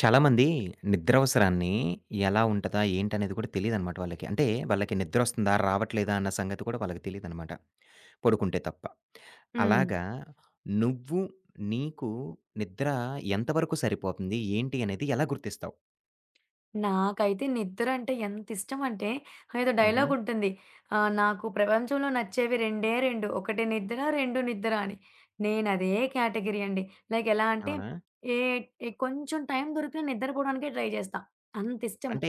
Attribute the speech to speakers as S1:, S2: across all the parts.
S1: చాలామంది నిద్రవసరాన్ని ఎలా ఉంటదా? ఏంటనేది కూడా తెలీదనమాట వాళ్ళకి. అంటే వాళ్ళకి నిద్రొస్తుందా? రావట్లేదా? అన్న సంగతి కూడా వాళ్ళకి తెలీదనమాట. పడుకుంటే తప్ప.
S2: హ్మ్.
S1: అలాగా నువ్వు నీకు నిద్ర ఎంతవరకు సరిపోతుంది? ఏంటి అనేది ఎలా గుర్తిస్తావు?
S2: నాకైతే నిద్రంటే ఎంతిష్టమంటే ఏదో
S1: హుహు.
S2: డైలాగుంటుంది. నాకు ప్రపంచంలో నచ్చేవి రెండే 2 ఒకటి నిద్ర, 2 నిద్ర అని. నేనదే కేటగిరీ అండి. లైక్ ఎలా అంటే
S1: అవునా?
S2: ఏ ఏ కొంచెం టైం దొరికినా నిద్రపోవడానికే ట్రై చేస్తా. అంతిష్టము.
S1: అంటే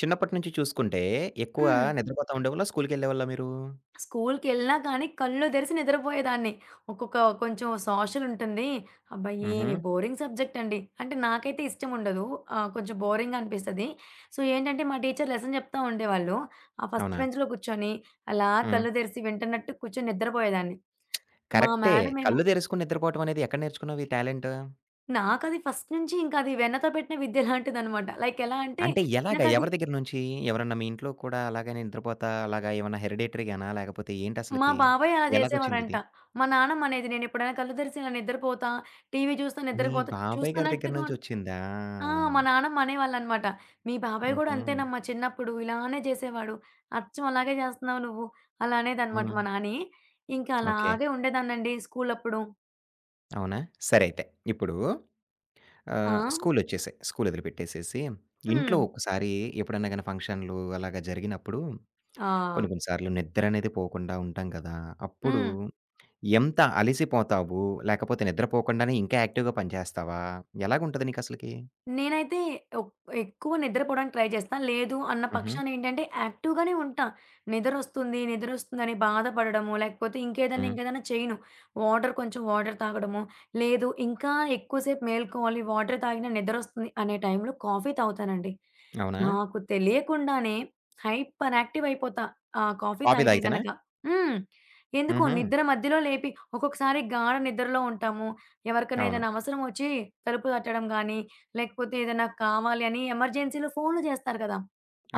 S1: చిన్నప్పటి నుంచి చూసుకుంటే ఎక్కువ
S2: హ్మ్.
S1: నిద్రపోతా ఉండేవాళ్ళా? స్కూలుకెళ్ళేవాళ్ళా మీరు?
S2: స్కూల్‌కెళ్ళినా కానీ కళ్ళు తెరిసి నిద్రపోయేదాన్ని. ఒక్కొక్క కొంచెం సోషల్ ఉంటుంది. అబ్బా!
S1: హుహు.
S2: ఏమి బోరింగ్ సబ్జెక్ట్ అండి. అంటే నాకైతే ఇష్టం ఉండదు. కొంచెం బోరింగ్‌గా అనిపిస్తది. సో, ఏంటంటే మా టీచర్ లెసన్ చెప్తా ఉండేవాళ్ళు. ఆ ఫస్ట్
S1: అవునా?
S2: బెంచ్‌లో కూర్చొని అలా
S1: హ్మ్.
S2: కళ్ళు తెరిసి వింటున్నట్టు కూర్చొని నిద్రపోయేదాన్ని. మా
S1: కరెక్టే.
S2: మేడమేమో
S1: కళ్ళు తెరుసుకొని నిద్రపోవటం అనేది ఎక్కడ నేర్చుకున్నావు ఈ టాలెంటు?
S2: నాకది ఫస్ట్ నుంచి ఇంకా అది వెన్నతో పెట్టిన విద్య లాంటిదనమాట. లైక్ ఎలా అంటే
S1: అంటే ఎలాగా?
S2: నాకది
S1: ఎవరి దగ్గర నుంచి? ఎవరన్నా మీ ఇంట్లో కూడా అలాగనే నిద్రపోతా అలాగా ఏమన్నా హెరిడేటరీగానా? లేకపోతే
S2: మా
S1: ఏంటసలకి?
S2: బాబాయ్ అలా చేసేవాడంట.
S1: ఎలాగొచ్చిందిది?
S2: మా నాన్నమ్మనేది నేనెప్పుడైనా కళ్ళు తెరిసి ఇలా నిద్రపోతా, టీవీ చూస్తా
S1: మీ
S2: నిద్రపోతా
S1: బాబాయ్ గారి దగ్గర
S2: చూస్తున్నట్టుగా
S1: నుంచొచ్చిందా?
S2: ఆ! మా నాన్నమ్మ అనేవాళ్ళనమాట. "మీ బాబాయ్ గూడా
S1: హుహు.
S2: అంతేనమ్మా చిన్నప్పుడు ఇలానే జేసేవాడు. అచ్చం అలాగే జేస్తున్నావు నువ్వు" అలా అనేదనమాట
S1: హ్మ్.
S2: మా నాని. ఇంకా
S1: ఓకే.
S2: అలాగే ఉండేదాన్నండి స్కూలప్పుడు.
S1: అవునా? సరే అయితే. ఇప్పుడు
S2: ఆ!
S1: స్కూలొచ్చేసాయి. స్కూలొదిలిపెట్టేసేసి,
S2: హ్మ్.
S1: ఇంట్లో ఒక్కసారి ఎప్పుడన్నా గాని ఫంక్షన్‌లు అలాగా జరిగినప్పుడు,
S2: ఆ!
S1: కొన్ని కొన్ని సార్లు నిద్రనేది పోకుండా ఉంటాం కదా! అప్పుడు
S2: హ్మ్.
S1: ఎంత అలిసిపోతావు? లేకపోతే నిద్రపోకుండానే ఇంకా యాక్టివ్‌గా పని చేస్తావా? ఎలాగుంటది నీకసలకి?
S2: నేనైతే ఒక్ ఎక్కువ నిద్రపోవడానికి ట్రై చేస్తా. లేదు అన్న
S1: హుహు.
S2: పక్షాన ఏంటంటే యాక్టివ్‌గానే ఉంటా. నిద్రొస్తుంది, నిద్రొస్తుందని బాధపడడము, లేకపోతే ఇంకేదన్నా,
S1: హ్మ్.
S2: ఇంకేదన్నా చేయను. వాటర్ కొంచెం వాటర్ తాగడము, లేదు ఇంకా ఎక్కువసేపు మేలుకోవాలి, వాటర్ తాగినా నిద్రొస్తుంది అనే టైంలో కాఫీ తాగుతానండి.
S1: అవునా?
S2: నాకు తెలియకుండానే హైపర్ యాక్టివ్ అయిపోతా. ఆ కాఫీ
S1: కాఫీ
S2: తాగితే
S1: తాగితేనా?
S2: గనక. హ్మ్. ఎందుకో
S1: హుహు.
S2: నిద్ర మధ్యలో లేపి ఒక్కొక్కసారి గాఢ నిద్రలో ఉంటాము. ఎవరికైనా
S1: అవును.
S2: ఏదైనా అవసరం వచ్చి తలుపు తట్టడం గానీ, లేకపోతే ఏదైనా కావాలి అని ఎమర్జెన్సీలో ఫోన్‌లు చేస్తారు కదా!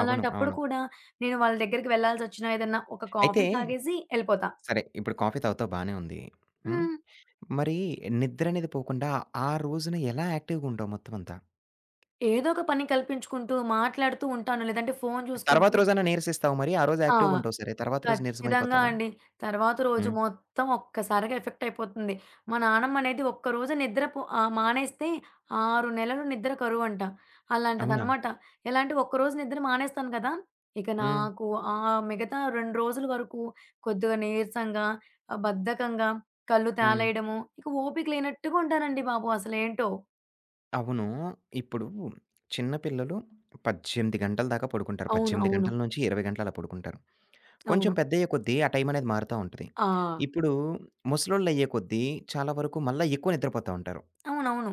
S1: అవును.
S2: అలాంటప్పుడు
S1: అవును.
S2: కూడా నేను వాళ్ళ దగ్గరికి వెళ్ళాల్సొచ్చినా ఏదన్నా ఒక కాఫీ
S1: అయితే
S2: తాగేసి ఎళ్ళిపోతా.
S1: సరే ఇప్పుడు కాఫీ తాగుతావు బానే ఉంది. హ్మ్.
S2: హ్మ్.
S1: మరి నిద్ర అనేది పోకుండా ఆ రోజున ఎలా యాక్టివ్‌గా ఉంటావు మొత్తం అంతా?
S2: ఏదో ఒక పని కల్పించుకుంటూ, మాట్లాడుతూ ఉంటాను. లేదంటే ఫోను
S1: తర్వాత
S2: చూసుకుంటూ
S1: రోజైనా నీరసిస్తావు మరి? ఆ రోజు
S2: ఆ!
S1: యాక్టివ్‌గా ఉంటావు సరే. తర్వాత రోజు
S2: ఖచ్చితంగా
S1: నీరసమైపోతావా?
S2: అండి. తర్వాత రోజు
S1: హ్మ్.
S2: మొత్తం ఒక్కసారిగా ఎఫెక్ట్ అయిపోతుంది. మా నానమ్మనేది ఒక్కరోజు నిద్ర మానేస్తే 6 నెలలు నిద్ర కరువంట.
S1: అవునా?
S2: అలాంటిదనమాట. ఎలా అంటే ఒక్కరోజు నిద్ర మానేస్తాను కదా! ఇక
S1: హ్మ్.
S2: నాకు ఆ మిగతా 2 రోజుల వరకు కొద్దిగా నీరసంగా, బద్ధకంగా, కళ్ళు
S1: హ్మ్.
S2: తేలేయడము, ఇక ఓపిక లేనట్టుగా ఉంటానండి బాబు అసలేంటో.
S1: అవును. ఇప్పుడు చిన్న పిల్లలు 18 గంటల దాకా పడుకుంటారు.
S2: అవును.
S1: 18
S2: అవును.
S1: గంటల నుంచి 20 గంటలు అలా పడుకుంటారు. కొంచెం
S2: అవును.
S1: పెద్దయ్యే కొద్దీ ఆ టైమనేది మారుతా ఉంటది.
S2: ఆ!
S1: ఇప్పుడు ముసలోళ్ళయ్యే కొద్దీ చాలా వరకు మళ్ళా ఎక్కువ నిద్రపోతా ఉంటారు.
S2: అవునవును.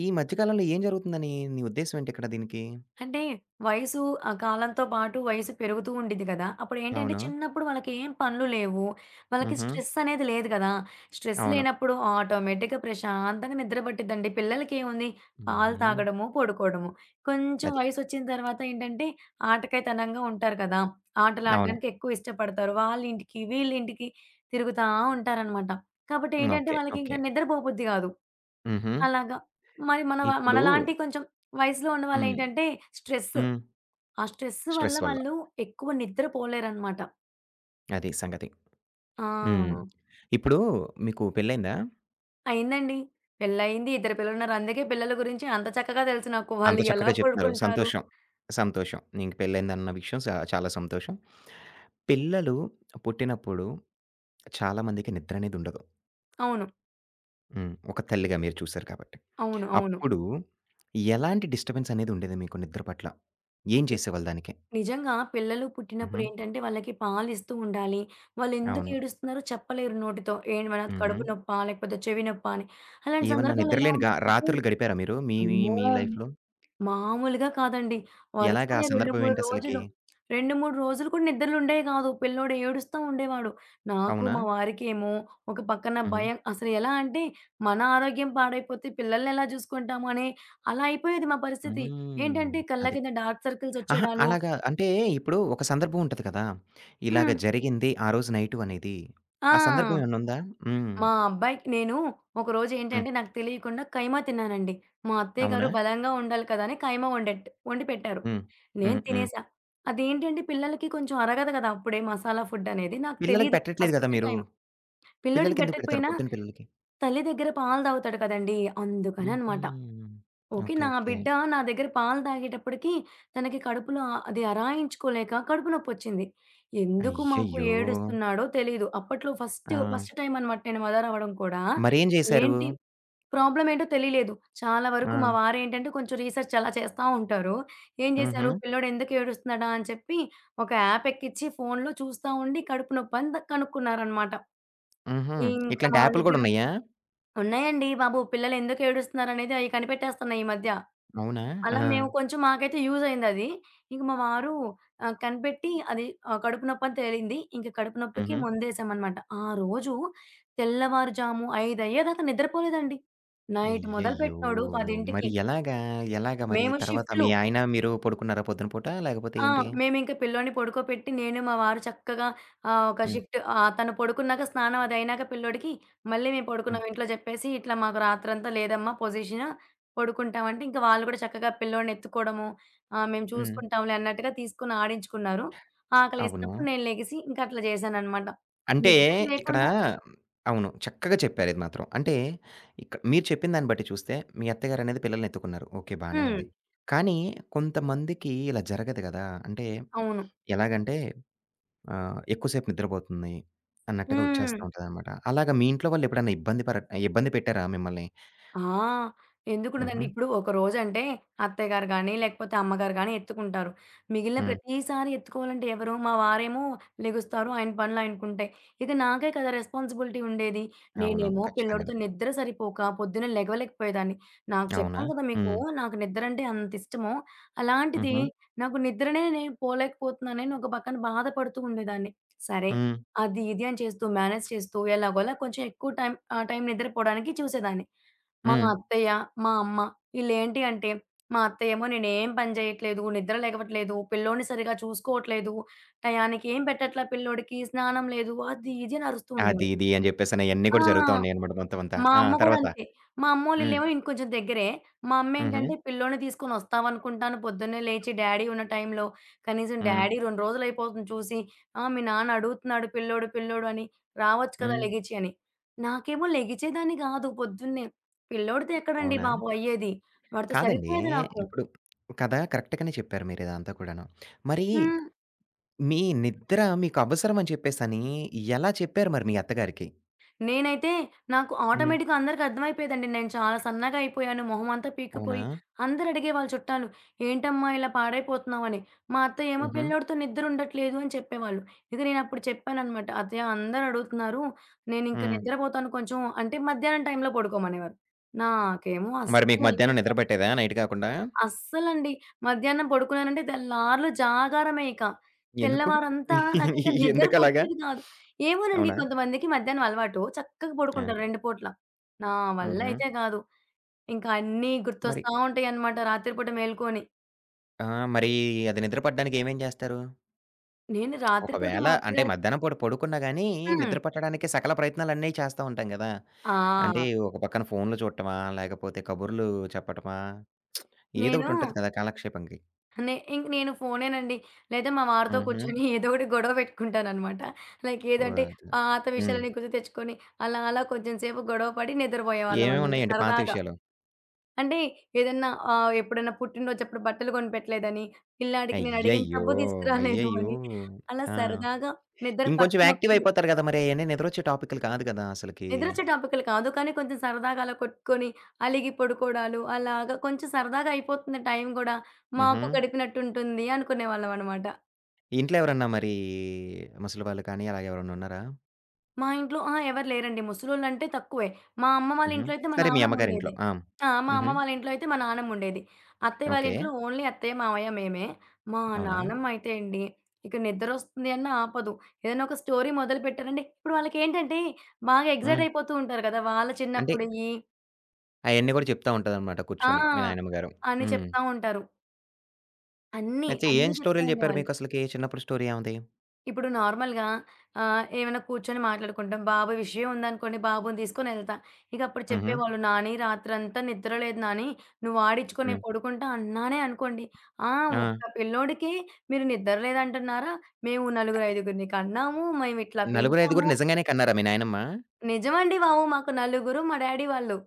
S1: ఈ మధ్య కాలంలో ఏం జరుగుతుందని నీ ఉద్దేశ్యం ఏంటి ఇక్కడ దీనికి?
S2: అంటే వయసు ఆ కాలంతో పాటు వయసు పెరుగుతూ ఉండిద్ది కదా! అప్పుడేంటంటే
S1: అవునా?
S2: చిన్నప్పుడు వాళ్ళకేం పనులు లేవు. వాళ్ళకి
S1: హుహు.
S2: స్ట్రెస్ అనేది లేదు కదా! స్ట్రెస్
S1: అవును.
S2: లేనప్పుడు ఆటోమేటిక్‌గా ప్రశాంతంగా నిద్ర పట్టిద్దండి. పిల్లలకేముంది పాలు
S1: హుహు.
S2: తాగడము, పడుకోవడము. కొంచెం
S1: అది.
S2: వయసొచ్చిన తర్వాత ఏంటంటే ఆటకాయితనంగా ఉంటారు కదా!
S1: అవును.
S2: ఆటలాడడానికి ఎక్కువ ఇష్టపడతారు. వాళ్ళింటికి, వీళ్ళింటికి తిరుగుతా ఉంటారనమాట. కాబట్టి
S1: హ్మ్.
S2: ఏంటంటే
S1: ఓకే.
S2: వాళ్ళకింకా
S1: ఓకే.
S2: నిద్రపోబుద్ధి కాదు.
S1: హుహు.
S2: అలాగా. మరి మన వ
S1: ఇప్పుడు
S2: మనలాంటి కొంచెం వయసులో
S1: హ్మ్.
S2: ఉన్నవాళ్ళేంటంటే స్ట్రెస్.
S1: హ్మ్.
S2: ఆ స్ట్రెస్ వల్ల
S1: స్ట్రెస్ వల్ల.
S2: వాళ్ళు ఎక్కువ నిద్రపోలేరనమాట.
S1: అది సంగతి. హ్మ్.
S2: ఆ!
S1: ఇప్పుడు మీకు పెళ్లయిందా?
S2: అయిందండి. పెళ్లయింది. ఇద్దరు పిల్లలున్నారు. అందుకే పిల్లల గురించి అంత చక్కగా తెలుసు నాకు.
S1: అంత
S2: వాళ్ళు ఎలా
S1: చక్కగా చెప్తున్నారు.
S2: పడుకుంటారు
S1: సంతోషం. సంతోషం. నీకు పెళ్లయిందన్న విషయం స చాలా సంతోషం. పిల్లలు పుట్టినప్పుడు చాలా మందికి నిద్రనేదుండదు.
S2: అవును.
S1: హ్మ్. ఒక తల్లిగా మీరు చూసారు కాబట్టి.
S2: అవును. అవును.
S1: అప్పుడు ఎలాంటి డిస్టర్బెన్స్ అనేదుండేది మీకు నిద్ర పట్ల? ఏం
S2: ని
S1: చేసేవాళ్ళు దానికి?
S2: నిజంగా పిల్లలు
S1: హుహు.
S2: పుట్టినప్పుడేంటంటే వాళ్ళకి పాలిస్తూ ఉండాలి. వాళ్ళెందుకు
S1: అవును.
S2: ఏడుస్తున్నారో చెప్పలేరు నోటితో. ఏమన్నా
S1: హుహు.
S2: కడుపు నొప్పా? లేకపోతే చెవి నొప్పా అని. అలాంటి
S1: ఏమన్నా
S2: సందర్భాల్లో ఎలా
S1: నిద్రలేని గా
S2: ఉంటుందంటే
S1: రాత్రులు గడిపారా మీరు మీ మీ
S2: అమ్మో!
S1: మీ లైఫ్‌లో?
S2: మామూలుగా కాదండి.
S1: ఎలాగ ఆ
S2: వరుసనే 2,
S1: సందర్భం
S2: 3
S1: ఏంటసలకి?
S2: రోజులు 2, 3 రోజులు కూడా నిద్రలుండేవి కాదు. పిల్లోడు ఏడుస్తా ఉండేవాడు. నాకు,
S1: అవునా?
S2: మా వారికేమో ఒక పక్కన
S1: హుహు.
S2: భయం. అసలు ఎలా అంటే మన ఆరోగ్యం పాడైపోతే పిల్లల్ని ఎలా చూసుకుంటాము అని అలా అయిపోయేది మా పరిస్థితి.
S1: హ్మ్.
S2: ఏంటంటే కళ్ళ
S1: అది.
S2: కింద డార్క్ సర్కిల్స్
S1: అహా!
S2: వచ్చేయడాలు
S1: అలాగా అంటే ఇప్పుడు ఒక సందర్భం ఉంటది కదా! ఇలాగ
S2: హ్మ్.
S1: జరిగింది ఆ రోజు నైటు అనేది. ఆ సందర్భం
S2: ఆ!
S1: ఏమన్నుందా? హ్మ్.
S2: మా అబ్బాయికి నేను ఒకరోజు
S1: హ్మ్.
S2: ఏంటంటే నాకు తెలియకుండా కైమా తిన్నానండి. మా అత్తయ్య గారు
S1: అవునా?
S2: బలంగా ఉండాలి కదా! అని కైమా వండెట్ వండి పెట్టారు.
S1: హ్మ్.
S2: నేను
S1: హ్మ్. హ్మ్.
S2: తినేసా. అదేంటంటే పిల్లలకి కొంచెం అరగదు కదా! అప్పుడే మసాలా ఫుడ్ అనేది. నాకు
S1: పిల్లలకి
S2: తెలీదు
S1: పెట్టట్లేదు గదా
S2: ఫస్ట్
S1: మీరు.
S2: టైమ్. పిల్లోడికి
S1: పిల్లలకెందుకు పెడతారు?
S2: పెట్టకపోయినా
S1: పుట్టిన పిల్లలకి?
S2: తల్లి దగ్గర పాలు తాగుతాడు కదండీ! అందుకననమాట.
S1: హుహు.
S2: ఓకే.
S1: ఓకే.
S2: నా
S1: ఓకే.
S2: బిడ్డ నా దగ్గర పాలు తాగేటప్పటికి తనకి కడుపులో అది అరాయించుకోలేక కడుపు నొప్పొచ్చింది. ఎందుకు మాకు
S1: అయ్యయ్యో!
S2: ఏడుస్తున్నాడో తెలీదు. అప్పట్లో
S1: ఆ!
S2: ఫస్ట్ టైమ్ అనమాట నేను మదర్ అవ్వడం కూడా.
S1: మరేం జేశారు?
S2: ఏంటి ప్రాబ్లమ్ ఏంటో తెలియలేదు. చాలా
S1: ఆ!
S2: వరకు మా వారేంటంటే కొంచెం రీసెర్చ్ అలా చేస్తా ఉంటారు. ఏం
S1: హుహు.
S2: చేశారు పిల్లోడు ఎందుకు ఏడుస్తున్నాడా అని చెప్పి ఒక యాప్ ఎక్కిచ్చి ఫోన్‌లో చూస్తా ఉండి కడుపు నొప్పి అని కనుక్కున్నారనమాట.
S1: హుహు.
S2: ఇంకా
S1: ఇట్లాంటి
S2: మా
S1: యాపులు గూడా
S2: దగ్గర
S1: ఉన్నాయా?
S2: ఉన్నాయండి బాబు పిల్లలు ఎందుకు ఏడుస్తున్నారనేది అయి కనిపెట్టేస్తున్నాయి ఈ మధ్య.
S1: అవునా? ఆ!
S2: అలా మేము కొంచెం మాకైతే యూజ్ అయిందది. ఇంక మా వారు కనిపెట్టి అది కడుపు నొప్పని తేలింది. ఇంక కడుపు నొప్పికి
S1: హుహు.
S2: మందేసామనమాట. ఆ రోజు తెల్లవారుజాము 5 అయ్యేదాకా నిద్రపోలేదండి. నైట్
S1: అయ్యయ్యో!
S2: మొదలుపెట్టినోడు
S1: మరి
S2: 10కి
S1: ఎలాగా? ఎలాగా మరి
S2: మేము
S1: తర్వాత
S2: షిఫ్ట్‌లు.
S1: మీ ఆయన, మీరు పడుకున్నారా పొద్దున పూట? లేకపోతే
S2: ఆ!
S1: ఏంటి?
S2: మేమింక పిల్లోడిని పడుకోపెట్టి, నేను మా వారు చక్కగా ఒక
S1: హ్మ్.
S2: షిఫ్ట్ తను పడుకున్నాక స్నానం అది అయినాక పిల్లోడికి మళ్ళీ మేము
S1: హ్మ్.
S2: పడుకున్నాం ఇంట్లో చెప్పేసి, "ఇట్లా మాకు రాత్రంతా లేదమ్మా పొజిషను, పడుకుంటాం" అంటే ఇంక వాళ్ళు కూడా చక్కగా పిల్లోడిని ఎత్తుకోవడము, మేము
S1: హ్మ్.
S2: చూసుకుంటాంలే అన్నట్టుగా తీసుకొని ఆడించుకున్నారు.
S1: అవును.
S2: ఆకలేసినప్పుడు నేను లెగిసి ఇంక అట్లా చేశాననమాట.
S1: అంటే
S2: నిద్ర
S1: ఇక్కడ
S2: లేకుండా
S1: అవును. చక్కగా చెప్పారు ఇది మాత్రం. అంటే ఇక మీరు చెప్పిన దాన్ని బట్టి చూస్తే మీ అత్తగారనేది పిల్లల్ని ఎత్తుకున్నారు. ఓకే. బానే
S2: హ్మ్.
S1: ఉంది. కానీ కొంతమందికి ఇలా జరగదు గదా! అంటే
S2: అవును.
S1: ఎలాగంటే ఎక్కువ సేపు నిద్రపోతుంది అన్నట్టుగా
S2: హ్మ్.
S1: వచ్చేస్తా ఉంటదనమాట. అలాగా మీ ఇంట్లో వాళ్ళు ఎప్పుడైనా ఇబ్బంది పర ఇబ్బంది పెట్టారా మిమ్మల్ని?
S2: ఆ!
S1: హుహు.
S2: ఎందుకుండదండి. ఇప్పుడు ఒక రోజంటే అత్తయ్య గారు గానీ, లేకపోతే అమ్మగారు గానీ ఎత్తుకుంటారు. మిగిలిన
S1: హ్మ్.
S2: ప్రతిసారి ఎత్తుకోవాలంటే ఎవరు? మా వారేమో లెగుస్తారు. ఆయన పనులు ఆయనకుంటాయి. ఇక నాకే కదా రెస్పాన్సిబిలిటీ ఉండేది.
S1: అవును.
S2: నేనేమో
S1: ఖచ్చితంగాను.
S2: పిల్లోడితో నిద్ర సరిపోక పొద్దున్నే లెగవలేకపోయేదాన్ని. నాకు
S1: అవునా?
S2: చెప్పాను కదా మీకు
S1: హ్మ్.
S2: నాకు నిద్ర అంటే అంతిష్టమో, అలాంటిది
S1: హుహు.
S2: నాకు నిద్రనే నేను పోలేకపోతున్నానని ఒక పక్కన బాధపడుతూ ఉండేదాన్ని. సరే.
S1: హ్మ్.
S2: అది ఇది అని చేస్తూ మేనేజ్ చేస్తూ ఎలాగోలా కొంచెం ఎక్కువ టైం ఆ టైం నిద్రపోవడానికి చూసేదాన్ని. మా
S1: హ్మ్.
S2: అత్తయ్య, మా అమ్మ ఈళ్ళేంటి అంటే, మా అత్తయ్యేమో నేనేం పని చేయట్లేదు, నిద్ర లెగవట్లేదు, పిల్లోడిని సరిగ్గా చూసుకోవట్లేదు, టయానికి ఏం పెట్టట్లా పిల్లోడికి, స్నానం లేదు, అది ఇది అని అరుస్తూ
S1: అది
S2: ఉండేవారు.
S1: ఇది అని జెప్పేసని అయన్నీ
S2: ఆ!
S1: గూడా జరుగుతా ఉన్నాయన్నమాట మొత్తం అంతా.
S2: మా
S1: ఆ!
S2: అమ్మ గూడా
S1: తర్వాత?
S2: అంతే. మా
S1: హ్మ్.
S2: అమ్మోళ్ళిల్లేమో ఇంకొంచెం దగ్గరే. మా
S1: హుహు.
S2: అమ్మేంటంటే పిల్లోడిని తీసుకొని ఒస్తామనుకుంటాను. పొద్దున్నే లేచి డ్యాడీ ఉన్న టైంలో కనీసం
S1: హ్మ్.
S2: డ్యాడీ 2 రోజులయిపోతుంది చూసి. "ఆ! మీ నాన్న అడుగుతున్నాడు పిల్లోడు, పిల్లోడు" అని. "రావచ్చు కదా
S1: హ్మ్.
S2: లెగిచి" అని. నాకేమో లెగిచేదాన్ని గాదు పొద్దున్నే. పిల్లోడితో ఎక్కడండి
S1: అవునా?
S2: బాబు అయ్యేది. వాడితో
S1: కాదండి.
S2: సరిపోయేది నాకు.
S1: ఇప్పుడు కదా కరెక్ట్‌గానే చెప్పారు మీరిదంతా కూడాను. మరి
S2: హ్మ్.
S1: మీ నిద్ర మీకు అవసరం అని చెప్పేసని ఎలా చెప్పారు మరి మీ అత్తగారికి?
S2: నేనైతే నాకు
S1: హ్మ్.
S2: ఆటోమేటిక్‌గా అందరికి అర్థమైపోయేదండి. నేను చాలా సన్నగా అయిపోయాను. మొహం అంతా
S1: అవునా?
S2: పీక్కుపోయి అందరూ అడిగేవాళ్ళు చుట్టాలు. "ఏంటమ్మా ఇలా పాడైపోతున్నావని?" మా అత్తయ్య ఏమో
S1: హుహు.
S2: "పిల్లోడితో నిద్ర ఉండట్లేదు" అని చెప్పేవాళ్ళు. ఇక నేనప్పుడు చెప్పాననమాట. "అత్తయ్య అందరూ అడుగుతున్నారు. నేనింక
S1: హ్మ్.
S2: నిద్రపోతాను కొంచెం" అంటే మధ్యాహ్నం టైంలో పడుకోమనేవారు. నాకేమో
S1: మరి మీకు మధ్యాహ్నం నిద్ర పట్టేదా నైట్ కాకుండా?
S2: అస్సలండి. మధ్యాహ్నం పడుకున్నానంటే తెల్లార్లు జాగారమే ఇక.
S1: ఎందుకు?
S2: తెల్లవారంతా నాకింక నిద్ర
S1: ఎందుకలాగా?
S2: పట్టేది కాదు. ఏమోనండి
S1: అవునా?
S2: కొంతమందికి మధ్యాహ్నం అలవాటు. చక్కగా
S1: ఆ!
S2: పడుకుంటారు 2 పూట్ల. నా వల్ల
S1: హుహు.
S2: అయితే కాదు. ఇంకా అన్నీ
S1: మరి
S2: గుర్తొస్తా ఉంటాయన్నమాట రాత్రి పూట మేలుకొని.
S1: ఆ! మరి అది నిద్ర పట్టడానికి ఏమేం చేస్తారు?
S2: నేను రాత్రి పూట
S1: ఒకవేళ
S2: మా
S1: అంటే
S2: అత్తగారి
S1: మధ్యాహ్నం పూట పడుకున్నా గాని
S2: హ్మ్.
S1: నిద్ర పట్టడానికి సకల ప్రయత్నాలన్నీ చేస్తా ఉంటాం గదా!
S2: ఆ!
S1: అంటే ఒక పక్కన ఫోన్లు చూడటమా? లేకపోతే కబుర్లు చెప్పటమా? ఏదో
S2: నేను
S1: ఒకటి ఉంటది కదా! కాలక్షేపంకి.
S2: నే ఇంక నేను ఫోనేనండి. లేదా మా వారితో
S1: హుహు.
S2: కూర్చొని ఏదో ఒకటి గొడవ పెట్టుకుంటానన్నమాట. లైక్
S1: ఓహ్!
S2: ఏదంటే
S1: అది.
S2: పాత
S1: హ్మ్.
S2: విషయాలన్నీ గుర్తు తెచ్చుకొని అలా అలా కొంచెం సేపు గొడవ పడి
S1: ఏమేమి
S2: నిద్రపోయేవాళ్ళమన్నమాట
S1: ఉన్నాయండి పాత
S2: సరదాగా.
S1: విషయాలు?
S2: అంటే ఏదన్నా ఎప్పుడైనా పుట్టినరోజప్పుడు బట్టలు కొనిపెట్టలేదని, పిల్లాడికి నేనడిగిన
S1: అయ్యయ్యో!
S2: సబ్బు తీసుకురాలేదు
S1: అయ్యయ్యో!
S2: అని, అలా
S1: ఆ!
S2: సరదాగా నిద్ర
S1: ఇంకొంచెం యాక్టివ్
S2: పట్టనప్పుడు
S1: అయిపోతారు గదా! మరి అయన్నీ నిద్రొచ్చే టాపిక్‌లు కాదు గదా! అసలకి.
S2: నిద్రొచ్చే టాపిక్‌లు కాదు. కానీ కొంచెం సరదాగా అలా కొట్టుకొని, అలిగి పడుకోవడాలు అలాగా కొంచెం సరదాగా అయిపోతుంది టైం గూడా.
S1: హుహు.
S2: మాకు గడిపినట్టుంటుంది అనుకునేవాళ్ళమనమాట.
S1: ఇంట్లో ఎవరన్నా మరి ముసలి వాళ్ళు కానీ అలాగ ఎవరన్నా ఉన్నారా?
S2: మా ఇంట్లో అహా! ఎవరు లేరండి. ముసలోళ్ళంటే తక్కువే. మా అమ్మ వాళ్ళ
S1: హుహు.
S2: ఇంట్లో అయితే మా
S1: సరే మీ అమ్మగారింట్లో.
S2: నానమ్ముండేది.
S1: ఆ!
S2: ఆ! మా అమ్మ
S1: హుహు.
S2: వాళ్ళ ఇంట్లో అయితే మా నానమ్ముండేది. అత్తయ్య వాళ్ళ
S1: ఓకే.
S2: ఇంట్లో ఓన్లీ అత్తయ్య, మావయ్య మేమే. మా
S1: అవునా?
S2: నానమ్మ అయితే అండి, ఇక నిద్రొస్తుంది అన్నా ఆపదు. ఏదైనా ఒక స్టోరీ మొదలుపెట్టారంటే ఇప్పుడు వాళ్ళకేంటంటే బాగా ఎక్సైట్
S1: హ్మ్.
S2: అయిపోతూ ఉంటారు కదా! వాళ్ళ
S1: అంటే
S2: చిన్నప్పుడియి.
S1: అయన్నీ గూడా చెప్తా ఉంటాదన్నమాట
S2: ఆ!
S1: కూర్చొని మీ నాయనమ్మ గారు.
S2: అని
S1: హ్మ్.
S2: చెప్తా ఉంటారు. అన్నీ,
S1: అయితే ఏం
S2: అన్నీ చెప్తా
S1: స్టోరీలు జెప్పారు
S2: ఉండేవాళ్ళు.
S1: మీకసలకి? చిన్నప్పుడు స్టోరీ ఏముంది?
S2: ఇప్పుడు నార్మల్‌గా ఏమైనా కూర్చొని మాట్లాడుకుంటాం. బాబు విషయం ఉందనుకోండి, బాబుని తీసుకొనెళ్తా. ఇక అప్పుడు
S1: హుహు.
S2: చెప్పేవాళ్ళు, "నాని రాత్రంతా నిద్ర లేదు నాని, నువ్వు ఆడించుకో నేను
S1: హ్మ్.
S2: పడుకుంటా" అన్నానే అనుకోండి. ఆ!
S1: ఆ!
S2: ఒక్క పిల్లోడికి మీరు నిద్ర లేదంటున్నారా? మేము
S1: క
S2: నలుగురు, ఐదుగురిని కన్నాము. మేమిట్లా
S1: నలుగురు, ఐదుగురు
S2: పెంచాము.
S1: నిజంగానే కన్నారా మీ నాయనమ్మ?
S2: నిజమండి బాబు! మాకు నలుగురు మా డ్యాడీ వాళ్ళు.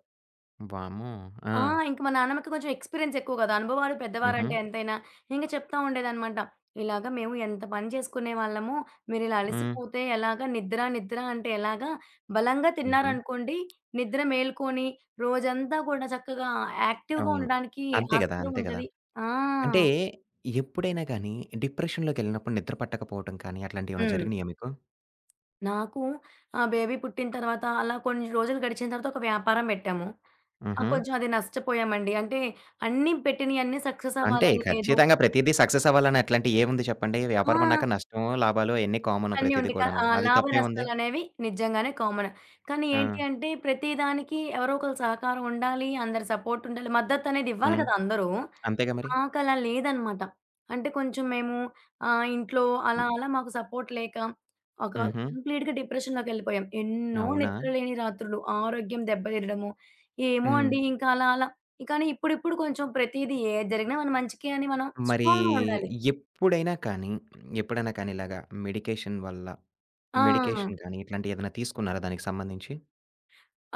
S1: వామ్మో! ఆ!
S2: ఆ! ఇంక మా నానమ్మకి కొంచెం ఎక్స్‌పీరియన్స్ ఎక్కువ గదా! అనుభవాలు
S1: హుహు.
S2: పెద్దవారంటే ఎంతైనా. ఇంక చెప్తా ఉండేదనమాట. "ఇలాగ మేము ఎంత పని చేసుకునేవాళ్ళము. మీరిలా
S1: హ్మ్.
S2: అలసిపోతే ఎలాగా? నిద్ర నిద్ర అంటే ఎలాగా? బలంగా
S1: హుహు.
S2: తిన్నారనుకోండి, నిద్ర మేలుకొని రోజంతా కూడా చక్కగా యాక్టివ్‌గా
S1: అవును.
S2: ఉండడానికి
S1: అంతే గదా!
S2: ఆస్కారం
S1: అంతే గదా!
S2: ఉంటది." ఆ!
S1: అంటే ఎప్పుడైనా గానీ డిప్రెషన్‌లోకెళ్ళినప్పుడు నిద్ర పట్టకపోవటం కానీ అట్లాంటియేమైనా
S2: హ్మ్.
S1: జరిగినియా మీకు?
S2: నాకు ఆ బేబీ పుట్టిన తర్వాత అలా కొన్ని రోజులు గడిచిన తర్వాత ఒక వ్యాపారం పెట్టాము. ఆ!
S1: హుహు.
S2: కొంచెం అది నష్టపోయామండి. అంటే అన్నీ పెట్టినయన్నీ సక్సెస్
S1: అంటే
S2: అవ్వాలని లేదు.
S1: ఖచ్చితంగా ప్రతీదీ సక్సెస్ అవ్వాలని అట్లాంటియేముంది చెప్పండి? వ్యాపారం అన్నాక
S2: ఆ!
S1: నష్టమో, లాభాలో అయన్నీ కామను
S2: అన్నీ
S1: ప్రతీది
S2: ఉంటాయి.
S1: కూడాను. అది తప్పేముంది?
S2: లాభనష్టాలనేవి నిజంగానే కామన్. కానీ
S1: ఆ!
S2: ఏంటి అంటే ప్రతి దానికి ఎవరో ఒకళ్ళ సహకారం ఉండాలి. అందరి సపోర్ట్ ఉండాలి. మద్దతనేది ఇవ్వాలి
S1: హ్మ్.
S2: కదా అందరూ.
S1: అంతేగా మరి.
S2: మాకలా లేదనమాట. అంటే కొంచెం మేము ఇంట్లో అలా
S1: హ్మ్.
S2: అలా మాకు సపోర్ట్ లేక ఒక
S1: హుహు.
S2: కంప్లీట్‌గా డిప్రెషన్‌లోకెళ్ళిపోయాం. ఎన్నో
S1: అవునా?
S2: నిద్రలేని రాత్రులు, ఆరోగ్యం దెబ్బతినడము, ఏమో
S1: హ్మ్.
S2: అండి ఇంకా అలా అలా. కానీ ఇప్పుడిప్పుడు కొంచెం ప్రతీదీ ఏది జరిగినా మన మంచికే అని మనం
S1: మరీ
S2: స్ట్రాంగ్‌గా ఉండాలి.
S1: ఎప్పుడైనా కానీ, ఎప్పుడైనా కానీ ఇలాగా మెడికేషన్ వల్ల
S2: ఆ!
S1: మెడికేషన్ గానీ, ఇట్లాంటియి ఏదైనా తీసుకున్నారా దానికి సంబంధించి?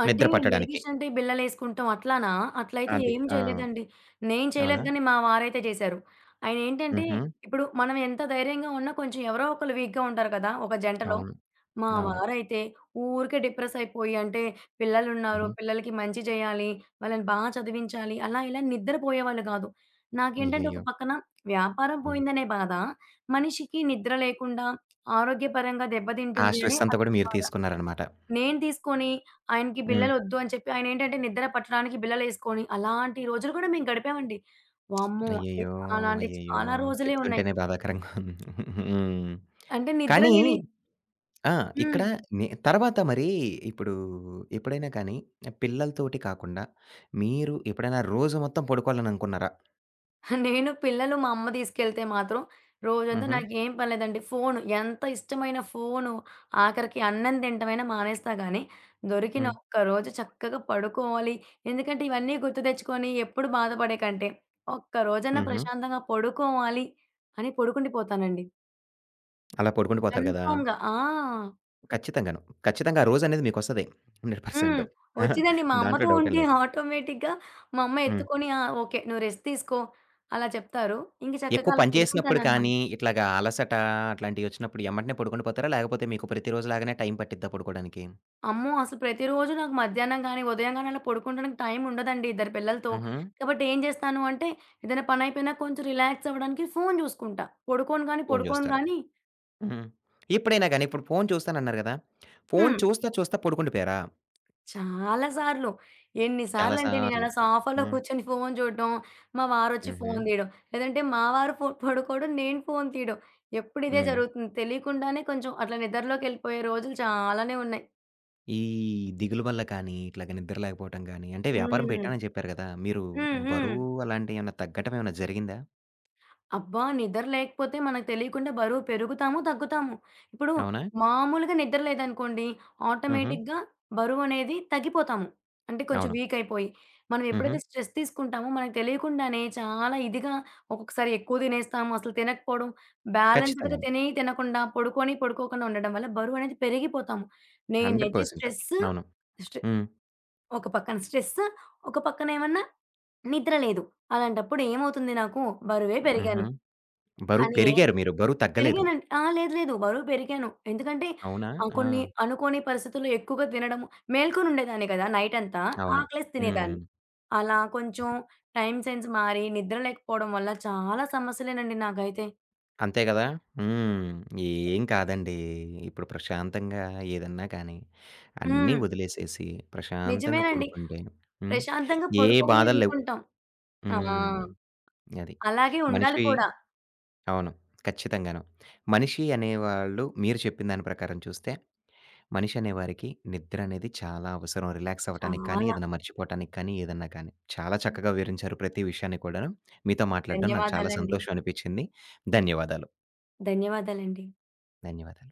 S2: అంటే
S1: నిద్ర పట్టడానికి.
S2: మెడికేషన్ అంటే బిళ్ళలేసుకుంటాం అట్లానా? అట్లయితే
S1: అది.
S2: ఏం
S1: ఆ!
S2: చేయలేదండి. నేను చేయలేదు
S1: అవునా?
S2: గానీ, మా వారైతే చేశారు. ఆయనేంటంటే,
S1: హుహు.
S2: ఇప్పుడు మనం ఎంత ధైర్యంగా ఉన్నా కొంచెం ఎవరో ఒకళ్ళు వీక్‌గా ఉంటారు కదా! ఒక జంటలో.
S1: అవును.
S2: మా
S1: అవును.
S2: వారైతే ఊరికే డిప్రెస్ అయిపోయి అంటే, పిల్లలున్నారు,
S1: హుహు.
S2: పిల్లలకి మంచి చేయాలి, వాళ్ళని బా చదివించాలి, అలా ఇలా నిద్రపోయేవాళ్ళు కాదు. నాకేంటంటే, ఒక
S1: అయ్యయ్యో!
S2: పక్కన వ్యాపారం
S1: హ్మ్.
S2: పోయిందనే బాధ, మనిషికి నిద్ర లేకుండా ఆరోగ్యపరంగా
S1: ఆ
S2: దెబ్బతింటుంది అని
S1: స్ట్రెస్ అంతా గూడా
S2: అదొక
S1: మీరు
S2: బాధ.
S1: తీసుకున్నారనమాట.
S2: నేను తీసుకొని, ఆయనకి
S1: హ్మ్.
S2: బిళ్ళలొద్దు అని చెప్పి ఆయనేంటంటే నిద్ర పట్టడానికి బిళ్ళలేసుకొని, అలాంటి రోజులు కూడా మేము గడిపామండి. వామ్మో! ఎ
S1: అయ్యయ్యో!
S2: అలాంటి
S1: అయ్యయ్యో!
S2: చాలా రోజులే ఉన్నాయి.
S1: చెప్తుంటేనే బాధాకరంగా ఉంది. హ్మ్.
S2: అంటే నిద్ర
S1: కానీ
S2: లేని
S1: ఆ!
S2: హ్మ్.
S1: ఇక్కడ నే తర్వాత మరీ ఇప్పుడు ఎప్పుడైనా కానీ, పిల్లలతోటి కాకుండా మీరు ఎప్పుడైనా రోజు మొత్తం పడుకోవాలని అనుకున్నారా?
S2: నేను పిల్లలు మా అమ్మ తీసుకెళ్తే మాత్రం రోజంతా
S1: హుహు.
S2: నాకేం పని లేదండి. ఫోను ఎంత ఇష్టమైన ఫోను, ఆఖరికి అన్నం తింటమైనా మానేస్తా గానీ, దొరికిన
S1: హ్మ్.
S2: ఒక్క రోజు చక్కగా పడుకోవాలి. ఎందుకంటే ఇవన్నీ గుర్తు తెచ్చుకొని ఎప్పుడు బాధపడే కంటే, ఒక్క రోజన్నా
S1: హుహు.
S2: ప్రశాంతంగా పడుకోవాలి అని పడుకుండిపోతానండి.
S1: అలా పడుకుండిపోతారు గదా!
S2: కన్ఫర్మ్‌గా. ఆ!
S1: ఖచ్చితంగాను. ఖచ్చితంగా ఆ రోజనేది మీకొస్తది.
S2: హ్మ్.
S1: 100% అహా!
S2: వచ్చిందండి. మా
S1: దాంట్లో
S2: అమ్మతో
S1: డౌటేం
S2: ఉంటే
S1: లేదు.
S2: ఆటోమేటిక్‌గా మా అమ్మ
S1: హ్మ్.
S2: ఎత్తుకొని ఆ! ఓకే. నువ్వు రెస్ట్ తీసుకో అలా చెప్తారు. ఇంక చక్కగా
S1: ఎక్కువ
S2: అలా
S1: పని చేసినప్పుడు
S2: పడుకుంటాననమాట.
S1: కానీ, ఇట్లాగా అలసట అట్లాంటియొచ్చినప్పుడు ఎమ్మటనే పడుకుండిపోతారా? లేకపోతే మీకు ప్రతిరోజులాగానే టైం పట్టిద్దా పడుకోడానికి?
S2: అమ్మో! అసలు ప్రతిరోజు నాకు మధ్యాహ్నం గాని, ఉదయం గాని అలా పడుకుంటానికి టైం ఉండదండి ఇద్దరు పిల్లలతో.
S1: హుహు.
S2: కాబట్టి ఏం చేస్తాను అంటే ఏదైనా పనైపోయినా కొంచెం రిలాక్స్ అవ్వడానికి ఫోను చూసుకుంటా. పడుకోను గాని,
S1: ఫోను
S2: పడుకోను
S1: జూస్తారు.
S2: గాని
S1: హ్మ్. ఎప్పుడైనా గాని, ఇప్పుడు ఫోను చూస్తానన్నారు గదా! ఫోను
S2: హ్మ్.
S1: చూస్తా, చూస్తా పడుకుండిపోయారా?
S2: చాలా సార్లు. ఎన్ని
S1: చాలా
S2: సార్లంటే
S1: సార్లు.
S2: నేనలా సోఫాలో
S1: హ్మ్.
S2: కూర్చొని ఫోను చూడడం, మా వారొచ్చి
S1: హుహు.
S2: ఫోను తీయడం. లేదంటే మా వారు పడుకోవడం, నేను ఫోను తీయడం. ఎప్పుడు ఇదే
S1: హ్మ్.
S2: జరుగుతుంది. తెలియకుండానే కొంచెం అట్లా నిద్రలోకెళ్ళిపోయే రోజులు చాలానే ఉన్నాయి.
S1: ఈ దిగులు వల్ల కానీ, ఇట్లాగ నిద్ర లేకపోవటం గానీ, అంటే వ్యాపారం
S2: హ్మ్.
S1: పెట్టానని చెప్పారు గదా! మీరు
S2: హ్మ్. హ్మ్.
S1: బరువు అలాంటియేమన్నా తగ్గటం ఏమన్నా జరిగిందా?
S2: అబ్బా! నిద్ర లేకపోతే మనకు తెలియకుండా బరువు పెరుగుతాము, తగ్గుతాము. ఇప్పుడు
S1: అవునా?
S2: మామూలుగా నిద్ర లేదనుకోండి,
S1: హుహు.
S2: ఆటోమేటిక్‌గా బరువనేది తగ్గిపోతాము. అంటే కొంచెం
S1: అవును.
S2: వీక్ అయిపోయి. మనం
S1: హుహు.
S2: ఎప్పుడైతే స్ట్రెస్ తీసుకుంటామో మనకు తెలియకుండానే చాలా ఇదిగా ఒక్కొక్కసారి ఎక్కువ తినేస్తాము. అసలు తినకపోవడం, బ్యాలెన్స్‌డ్‌గా
S1: ఖచ్చితంగాను.
S2: తిని, తినకుండా పడుకొని, పడుకోకుండా ఉండడం వల్ల బరువనేది పెరిగిపోతాము. నేనైతే
S1: 100%
S2: స్ట్రెస్
S1: అవును.
S2: స్ట్రె
S1: హ్మ్.
S2: ఒక పక్కన స్ట్రెస్, ఒక పక్కన ఏమన్నా నిద్ర లేదు. అలాంటప్పుడు ఏమవుతుంది నాకు బరువే
S1: హుహు.
S2: పెరిగాను.
S1: బరువు
S2: కానీ
S1: పెరిగారు మీరు. బరువు తగ్గలేదు.
S2: పెరిగానండి. ఆ! లేదు లేదు. బరువు పెరిగాను. ఎందుకంటే
S1: అవునా? ఆ!
S2: కొన్ని అనుకోని పరిస్థితుల్లో ఎక్కువగా తినడము మేల్కొనుండేదాన్ని కదా! నైటంతా.
S1: అవును.
S2: ఆకలేసి
S1: హ్మ్.
S2: తినేదాన్ని. అలా కొంచెం టైమ్ సెన్స్ మారి, నిద్ర లేకపోవడం వల్ల చాలా సమస్యలేనండి నాకైతే.
S1: అంతే గదా! హ్మ్. ఏం కాదండి. ఇప్పుడు ప్రశాంతంగా ఏదన్నా కానీ, అన్నీ
S2: హ్మ్.
S1: వదిలేసేసి ప్రశాంతంగా
S2: నిజమేనండి.
S1: పడుకుంటే హ్మ్.
S2: ప్రశాంతంగా
S1: ఏ
S2: పడుకోవాలి
S1: బాధలు లేవు.
S2: అనుకుంటాం. ఆ!
S1: హ్మ్. అది.
S2: అలాగే ఉండాలి
S1: మనిషి
S2: కూడా.
S1: అవును. ఖచ్చితంగాను. మనిషి అనేవాళ్ళు మీరు చెప్పిన దాని ప్రకారం చూస్తే, మనిషి అనేవారికి నిద్ర అనేది చాలా అవసరం. రిలాక్స్ అవ్వటానికి కానీ,
S2: చాలా
S1: ఏదైనా మర్చిపోవటానికి కానీ, ఏదన్నా కానీ. చాలా చక్కగా వివరించారు ప్రతి విషయాన్ని కూడాను. మీతో మాట్లాడడం నాకు చాలా
S2: ధన్యవాదాలండి.
S1: సంతోషం అనిపించింది. ధన్యవాదాలు.
S2: ధన్యవాదాలండి.
S1: ధన్యవాదాలు.